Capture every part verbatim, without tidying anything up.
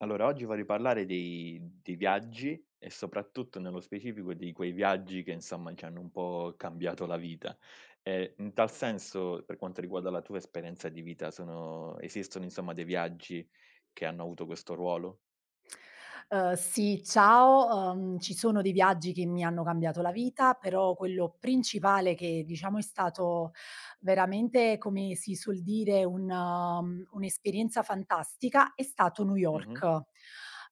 Allora, oggi vorrei parlare dei dei viaggi e soprattutto nello specifico di quei viaggi che insomma ci hanno un po' cambiato la vita. Ehm, in tal senso, per quanto riguarda la tua esperienza di vita, sono esistono insomma dei viaggi che hanno avuto questo ruolo? Uhm, sì, ciao. Uhm, ci sono dei viaggi che mi hanno cambiato la vita, però quello principale che diciamo è stato veramente, come si suol dire, un uhm, un'esperienza fantastica, è stato New Mh-mh. York.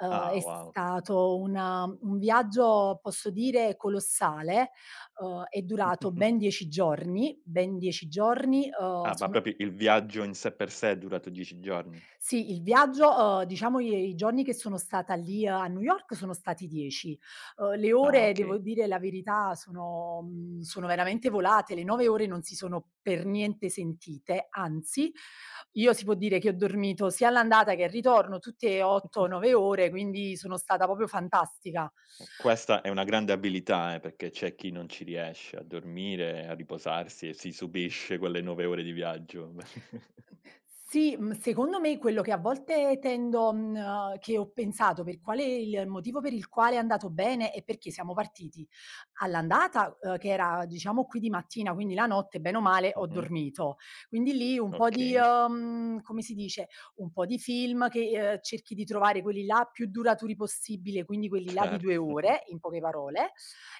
Uhm, Ah, È wow. stato una un viaggio, posso dire, colossale, uhm, è durato ben dieci giorni, ben dieci giorni. Uhm, Ah, ma sono proprio il viaggio in sé per sé è durato dieci giorni? Sì, il viaggio, uhm, diciamo i i giorni che sono stata lì eh, a New York sono stati dieci. Uhm, le Ah, ore, devo okay. dire la verità, sono mhmm, sono veramente volate, le nove ore non si sono per niente sentite. Anzi, io si può dire che ho dormito sia all'andata che al ritorno tutte otto, nove ore, quindi sono stata proprio fantastica. Eh, questa è una grande abilità, eh, perché c'è chi non ci riesce a dormire, a riposarsi e si subisce quelle nove ore di viaggio. Sì, mhmm, secondo me quello che a volte tendo mhmm, che ho pensato per quale il motivo per il quale è andato bene è perché siamo partiti all'andata, uhm, che era diciamo qui di mattina, quindi la notte bene o male ho Mh-mh, dormito. Quindi lì un po' di okay, uhm, come si dice, un po' di film che, uhm, cerchi di trovare quelli là più duraturi possibile, quindi quelli là di due certo. ore, in poche parole.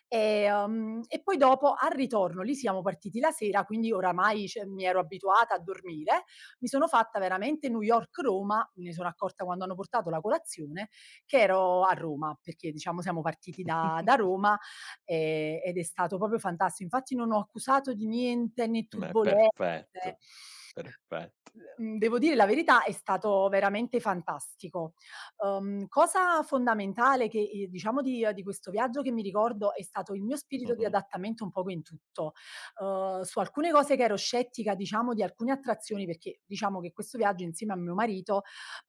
E, Ehm, e poi dopo al ritorno lì siamo partiti la sera, quindi oramai cioè mi ero abituata a dormire. Mi sono fatta veramente New York-Roma, me ne sono accorta quando hanno portato la colazione, che ero a Roma, perché diciamo siamo partiti da, da Roma, e- ed è stato proprio fantastico. Infatti non ho accusato di niente né Beh, turbolenze. perfetto, perfetto. Mhmm, Devo dire la verità, è stato veramente fantastico. Uhm, cosa fondamentale che, ehm, diciamo di di questo viaggio che mi ricordo è stato il mio spirito di Mh-mh, adattamento un poco in tutto. Uhm, su alcune cose che ero scettica, diciamo, di alcune attrazioni, perché diciamo che questo viaggio insieme a mio marito,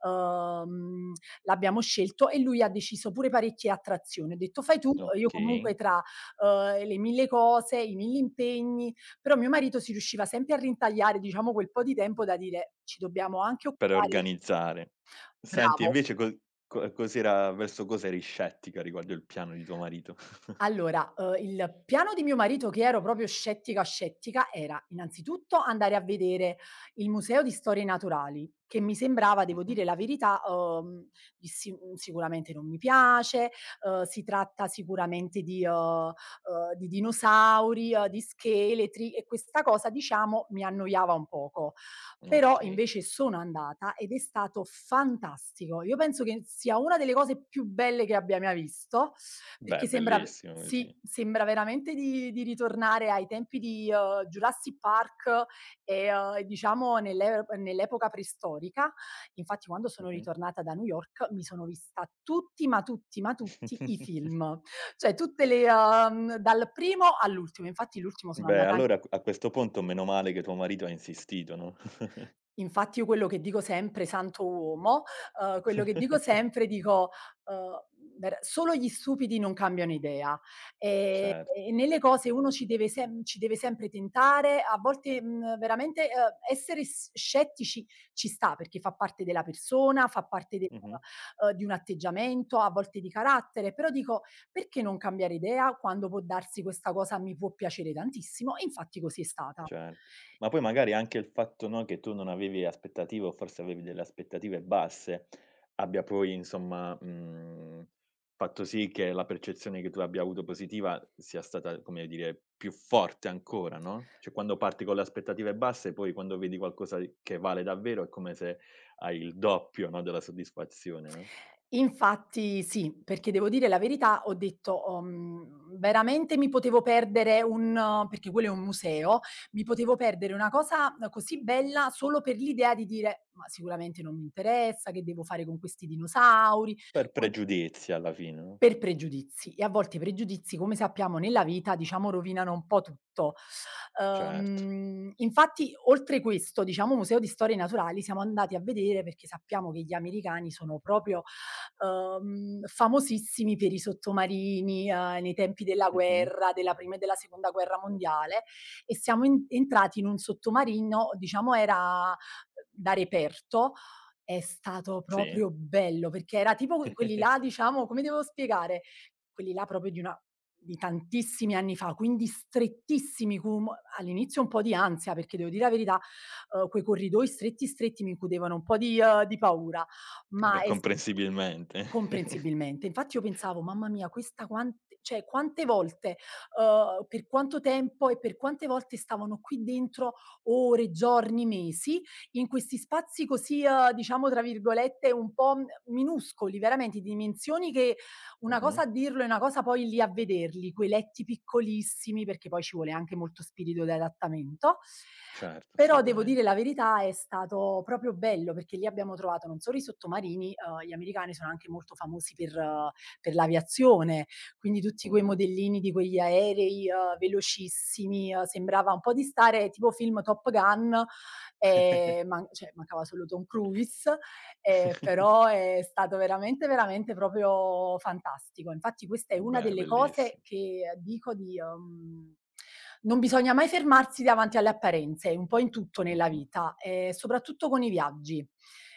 uhm, l'abbiamo scelto e lui ha deciso pure parecchie attrazioni. Ho detto: "Fai tu". Io okay, comunque tra, uhm, le mille cose, i mille impegni, però mio marito si riusciva sempre a ritagliare, diciamo, quel po' di tempo da dire: "Ci dobbiamo anche per occupare". organizzare. Senti Bravo. invece co co cos'era verso cosa eri scettica riguardo il piano di tuo marito? Allora, uhm, il piano di mio marito, che ero proprio scettica, scettica, era innanzitutto andare a vedere il Museo di Storie Naturali, che mi sembrava, devo Mh-mh, dire la verità, uhm, di si mhmm, sicuramente non mi piace. Uhm, si tratta sicuramente di uhm, uhm, di dinosauri, uhm, di scheletri, e questa cosa, diciamo, mi annoiava un poco. Però okay. invece sono andata ed è stato fantastico. Io penso che sia una delle cose più belle che abbia mai visto, Beh, perché sembra, bellissimo sì, così. sembra veramente di di ritornare ai tempi di, uhm, Jurassic Park e, uhm, e diciamo nell'e nell'epoca preistorica. Infatti quando sono Mh-mh. ritornata da New York mi sono vista tutti, ma tutti, ma tutti i film. Cioè tutte le uhm, dal primo all'ultimo. Infatti l'ultimo sono Beh, andata an allora q a questo punto meno male che tuo marito ha insistito, no, Infatti io quello che dico sempre, santo uomo, uhm, quello che dico sempre dico, uhm, ver solo gli stupidi non cambiano idea. Ehm, cert E nelle cose uno ci deve sem ci deve sempre tentare, a volte, mhmm, veramente, uhm, essere s scettici ci sta, perché fa parte della persona, fa parte del mh-mh, uhm, di un atteggiamento, a volte di carattere, però dico: "Perché non cambiare idea quando può darsi questa cosa mi può piacere tantissimo?" E infatti così è stata. cer ma poi magari anche il fatto, no, che tu non avevi aspettative o forse avevi delle aspettative basse, abbia poi insomma, mhmm, fatto sì che la percezione che tu abbia avuto positiva sia stata, come dire, più forte ancora, no, cioè quando parti con le aspettative basse, poi quando vedi qualcosa di che vale davvero è come se hai il doppio, no, della soddisfazione, no, Infatti sì, perché devo dire la verità, ho detto: "Ho mhmm, veramente mi potevo perdere un", perché quello è un museo, "mi potevo perdere una cosa così bella solo per l'idea di dire: "Ma sicuramente non mi interessa, che devo fare con questi dinosauri?"" per Con pregiudizio alla fine, no? Per pregiudizi. E a volte i pregiudizi, come sappiamo nella vita, diciamo rovinano un po' tutto. Certo. Uhm, infatti oltre questo, diciamo, museo di storie naturali siamo andati a vedere perché sappiamo che gli americani sono proprio uhm, famosissimi per i sottomarini, uhm, nei tempi della Mh-mh. guerra, della prima e della seconda guerra mondiale, e siamo en entrati in un sottomarino, diciamo era da reperto. È stato Sì. proprio bello, perché era tipo que quelli là, diciamo come devo spiegare, quelli là proprio di una di tantissimi anni fa, quindi strettissimi cum All'inizio un po' di ansia, perché devo dire la verità, uhm, quei corridoi stretti, stretti mi incutevano un po' di uhm, di paura, Eh ma beh, è comprensibilmente. Comprensibilmente. Infatti io pensavo: "Mamma mia, questa quante cioè quante volte, uhm, per quanto tempo e per quante volte stavano qui dentro ore, giorni, mesi, in questi spazi così, uhm, diciamo tra virgolette un po' m minuscoli, veramente di dimensioni che una Mh-mh. cosa a dirlo e una cosa poi lì a vederli, quei letti piccolissimi", perché poi ci vuole anche molto spirito di adattamento. Certo, Però devo assolutamente. dire la verità, è stato proprio bello, perché lì abbiamo trovato non solo i sottomarini. Uhm, gli americani sono anche molto famosi per eh, per l'aviazione, quindi tutti quei Mh-mh. modellini di quegli aerei, uhm, velocissimi, uhm, sembrava un po' di stare tipo film Top Gun, ehm, man cioè mancava solo Tom Cruise Ehm, Però è stato veramente, veramente proprio fantastico. Infatti questa è una Beh, delle cose bellissimo. che eh, dico di uhm, non bisogna mai fermarsi davanti alle apparenze, un po' in tutto nella Mh-mh. vita, ehm, soprattutto con i viaggi.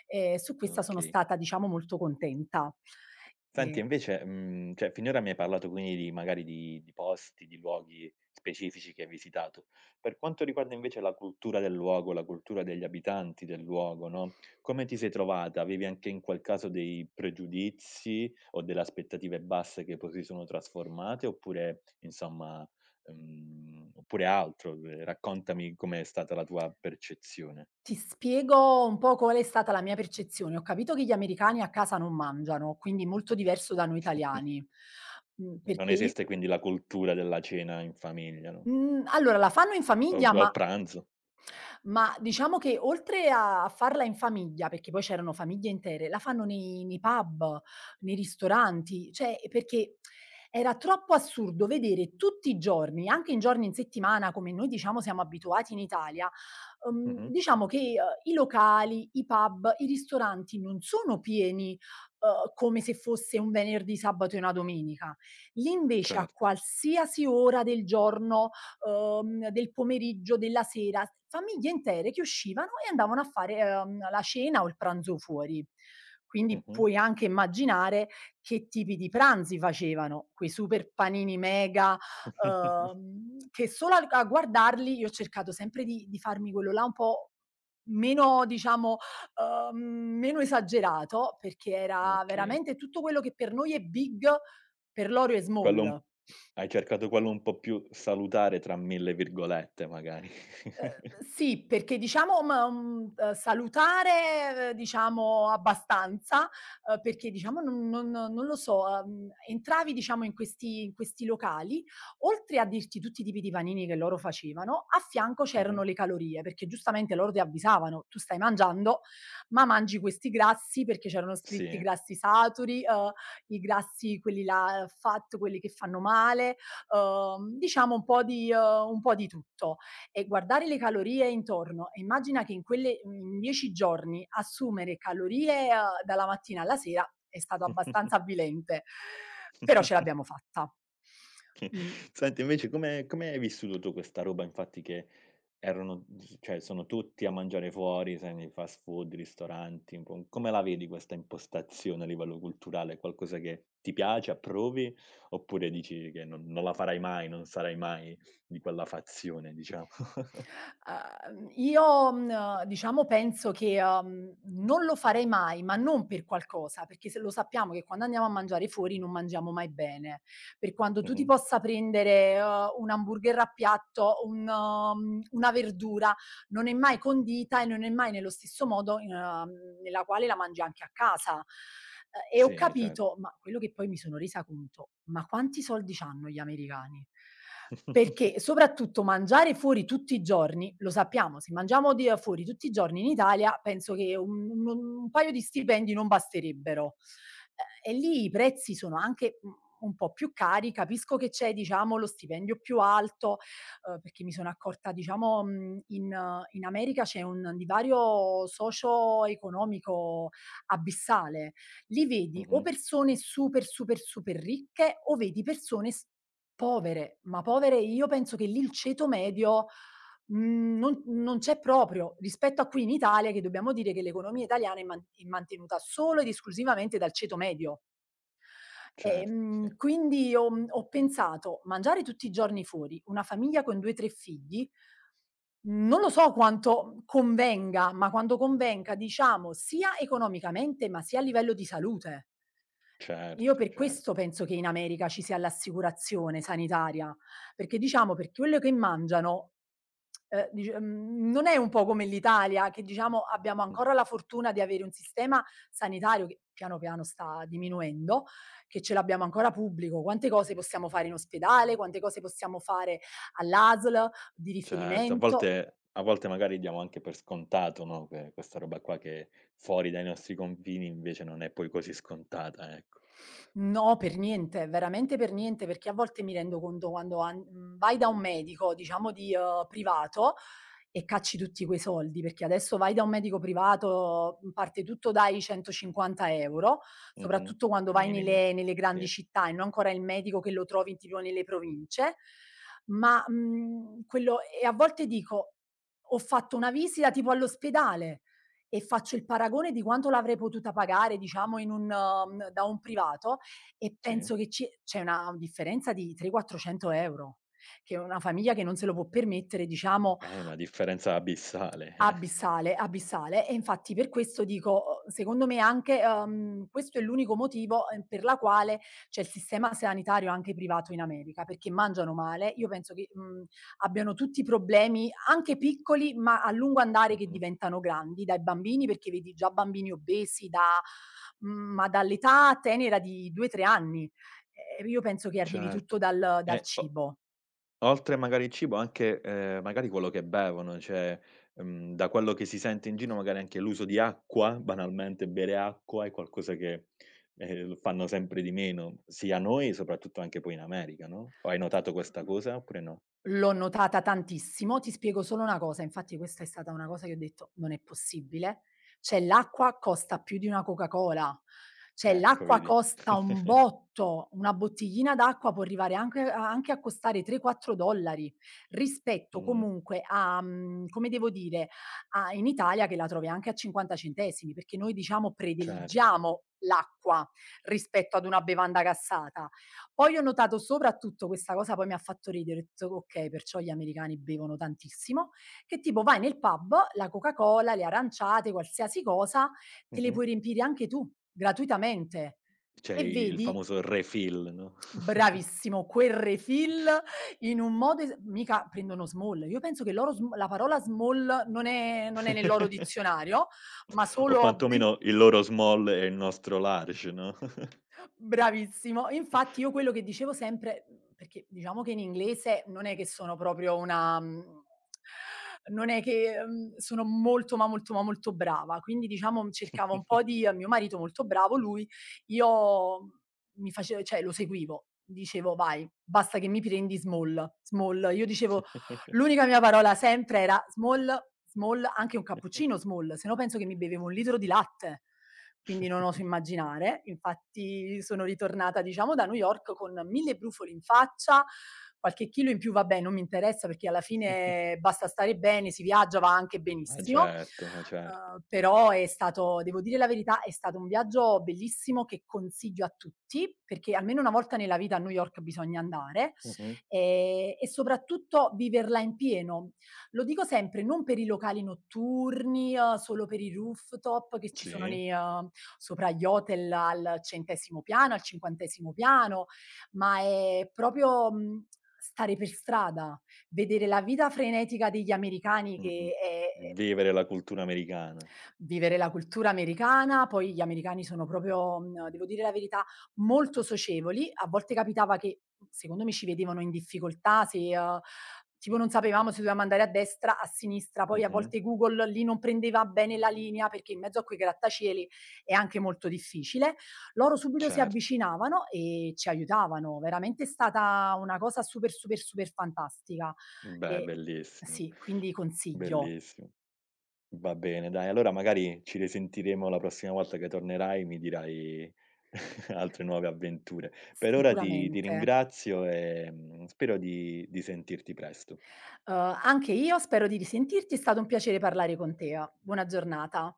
Ehm, su questa sono Okay. stata, diciamo, molto contenta. Senti Ehm, invece, mhmm, cioè finora mi hai parlato quindi di magari di di posti, di luoghi specifici che hai visitato. Per quanto riguarda invece la cultura del luogo, la cultura degli abitanti del luogo, no, come ti sei trovata? Avevi anche in quel caso dei pregiudizi o delle aspettative basse che poi si sono trasformate oppure insomma, mhmm, oppure altro? Ehm, raccontami com'è stata la tua percezione. Ti spiego un po' qual è stata la mia percezione. Ho capito che gli americani a casa non mangiano, quindi molto diverso da noi italiani. Mhmm, Non Perché i esiste quindi la cultura della cena in famiglia, no, mhmm, allora la fanno in o famiglia, o ma pranzo. Ma diciamo che oltre a farla in famiglia, perché poi c'erano famiglie intere, la fanno nei nei pub, nei ristoranti, cioè perché era troppo assurdo vedere tutti i giorni, anche in giorni in settimana come noi diciamo siamo abituati in Italia, uhm, Mh-mh. diciamo che, uhm, i locali, i pub, i ristoranti non sono pieni, uhm, come se fosse un venerdì, sabato e una domenica. Lì invece a Certo. qualsiasi ora del giorno, uhm, del pomeriggio, della sera, famiglie intere che uscivano e andavano a fare uhm, la cena o il pranzo fuori. Quindi Mh-mh. puoi anche immaginare che tipi di pranzi facevano, quei super panini mega, uhm, che solo al a guardarli io ho cercato sempre di di farmi quello là un po' meno, diciamo, uhm, meno esagerato, perché era Okay. veramente tutto quello che per noi è big, per loro è Quello un small. Hai cercato quello un po' più "salutare" tra mille virgolette magari. Uhm, sì, perché diciamo ma, mhmm, uhm, salutare, ehm, diciamo, abbastanza, uhm, perché diciamo non non non lo so, uhm, entravi, diciamo, in questi in questi locali, oltre a dirti tutti i tipi di panini che loro facevano, a fianco Mh-mh. c'erano le calorie, perché giustamente loro ti avvisavano: "Tu stai mangiando, ma mangi questi grassi", perché c'erano scritti i Sì. grassi saturi, uhm, i grassi quelli là fat, quelli che fanno male, uhm, diciamo un po' di uhm, un po' di tutto, e guardare le calorie intorno e immagina che in quelle in dieci giorni assumere calorie uhm, dalla mattina alla sera è stato abbastanza avvilente, però ce l'abbiamo fatta. Mh. Senti invece come come hai vissuto tu questa roba infatti che erano s cioè sono tutti a mangiare fuori, sai nei fast food, ristoranti, un po' un come la vedi questa impostazione a livello culturale? È qualcosa che ti piace, approvi, oppure dici che non non la farai mai, non sarai mai di quella fazione diciamo? Uhm, io, mhmm, diciamo penso che, uhm, non lo farei mai, ma non per qualcosa, perché se lo sappiamo che quando andiamo a mangiare fuori non mangiamo mai bene. Per quanto tu ti Mh-mh. possa prendere, uhm, un hamburger a piatto, un mhmm, una verdura, non è mai condita e non è mai nello stesso modo in, uhm, nella quale la mangi anche a casa. Ehm, e ho Sì, cer capito, ma quello che poi mi sono resa conto, ma quanti soldi c'hanno gli americani? Perché soprattutto mangiare fuori tutti i giorni, lo sappiamo, se mangiamo di ehm, fuori tutti i giorni in Italia, penso che un un un paio di stipendi non basterebbero. Ehm, e lì i prezzi sono anche, mhmm, un po' più cari, capisco che c'è, diciamo, lo stipendio più alto, uhm, perché mi sono accorta, diciamo, mhmm, in eh, in America c'è un divario socio-economico abissale. Lì vedi o mh-mh. persone super, super, super ricche o vedi persone s povere, ma povere. Io penso che lì il ceto medio, mhmm, non non c'è proprio, rispetto a qui in Italia, che dobbiamo dire che l'economia italiana è man è mantenuta solo ed esclusivamente dal ceto medio. Certo, sì. Ehm, quindi ho mhmm, ho pensato: "Mangiare tutti i giorni fuori, una famiglia con due, tre figli, non lo so quanto convenga, ma quando convenga, diciamo, sia economicamente, ma sia a livello di salute". Io Certo, per cer questo penso che in America ci sia l'assicurazione sanitaria, perché diciamo per quello che mangiano, ehm, dic mhmm, non è un po' come l'Italia, che diciamo abbiamo ancora la fortuna di avere un sistema sanitario che piano piano sta diminuendo, che ce l'abbiamo ancora pubblico. Quante cose possiamo fare in ospedale, quante cose possiamo fare all'A S L di Certo, a riferimento. volte a volte magari diamo anche per scontato, no, que questa roba qua che fuori dai nostri confini invece non è poi così scontata, ecco. No, per niente, veramente per niente, perché a volte mi rendo conto quando an mhmm, vai da un medico, diciamo di uhm, privato e cacci tutti quei soldi, perché adesso vai da un medico privato, mhmm, parte tutto dai centocinquanta €, Mh-mh. soprattutto quando vai Minimo. nelle nelle grandi Sì, città e non ancora il medico che lo trovi tipo nelle province, ma, mhmm, quello. E a volte dico: "Ho fatto una visita tipo all'ospedale", e faccio il paragone di quanto l'avrei potuta pagare, diciamo in un mhmm, da un privato, e sì. penso che ci c'è una differenza di trecento quattrocento €, che una famiglia che non se lo può permettere, diciamo. È una differenza abissale. Abissale, abissale. E infatti per questo dico, uhm, secondo me anche, uhm, questo è l'unico motivo, ehm, per la quale c'è il sistema sanitario anche privato in America, perché mangiano male. Io penso che, mhmm, abbiano tutti problemi anche piccoli, ma a lungo andare che Mh-mh. diventano grandi, dai bambini, perché vedi già bambini obesi da mhmm, ma dall'età tenera di due, tre anni. Ehm, io penso che arrivi Certo. tutto dal dal E o cibo. Oltre magari il cibo anche, ehm, magari quello che bevono, cioè, mhmm, da quello che si sente in giro magari anche l'uso di acqua, banalmente bere acqua è qualcosa che, ehm, fanno sempre di meno, sia noi soprattutto anche poi in America, no, o hai notato questa Mhmm, cosa oppure no? L'ho notata tantissimo. Ti spiego solo una cosa, infatti questa è stata una cosa che ho detto: "Non è possibile". Cioè l'acqua costa più di una Coca-Cola, cioè Ecco l'acqua vedi. costa un botto, una bottiglina d'acqua può arrivare anche a anche a costare tre, quattro $, rispetto Mh-mh, comunque a mhmm, come devo dire, a in Italia che la trovi anche a cinquanta centesimi, perché noi diciamo certo. prediligiamo l'acqua rispetto ad una bevanda gassata. Poi ho notato soprattutto questa cosa, poi mi ha fatto ridere, ho detto: "Okay, perciò gli americani bevono tantissimo", che tipo vai nel pub, la Coca-Cola, le aranciate, qualsiasi cosa, te le Mh-mh. puoi riempire anche tu, gratuitamente. C'è E il vedi, famoso refill, no, bravissimo, quel refill in un modo, es mica prendono Small. Io penso che loro, sm la parola Small non è non è nel loro dizionario, ma o solo. Bi quantomeno il loro small e il nostro large, no? Bravissimo. Infatti io quello che dicevo sempre, mhmm, perché diciamo che in inglese non è che sono proprio una, mhmm, non è che, mhmm, sono molto, ma molto, ma molto brava, quindi diciamo cercavo un po' di mio marito, molto bravo lui, io mi face cioè lo seguivo, dicevo: "Vai, basta che mi prendi small, small". Io dicevo. L'unica mia parola sempre era small, small, anche un cappuccino small, se no penso che mi bevevo un litro di latte. Quindi non oso immaginare. Infatti sono ritornata, diciamo, da New York con mille brufoli in faccia, qualche chilo in più, vabbè, non mi interessa, perché alla fine basta stare bene, si viaggia, va anche Ma benissimo. certo, ma certo. Uhm, però è stato, devo dire la verità, è stato un viaggio bellissimo che consiglio a tutti, perché almeno una volta nella vita a New York bisogna andare, Mh-mh. ehm, e soprattutto viverla in pieno. Lo dico sempre, non per i locali notturni, uhm, solo per i rooftop che ci sono Sì, nei, uhm, sopra gli hotel al centesimo piano, al cinquantesimo piano, ma è proprio, mhmm, stare per strada, vedere la vita frenetica degli americani che mh-mh. è. Vivere la cultura americana. Vivere la cultura americana, poi gli americani sono proprio, mhmm, devo dire la verità, molto socievoli. A volte capitava che, secondo me, ci vedevano in difficoltà se, uhm, tipo non sapevamo se dovevamo andare a destra, a sinistra, poi a Mh-mh. volte Google lì non prendeva bene la linea, perché in mezzo a quei grattacieli è anche molto difficile. Loro subito si Certo. avvicinavano e ci aiutavano. Veramente è stata una cosa super, super, super fantastica. Beh, E bellissimo, sì, quindi consiglio, bellissimo. Va bene dai, allora magari ci risentiremo la prossima volta che tornerai, mi dirai altre nuove avventure. Per ora ti ti sicuramente. ringrazio e, mhmm, spero di di sentirti presto. Uhm, anche io spero di risentirti, è stato un piacere parlare con te. Buona giornata.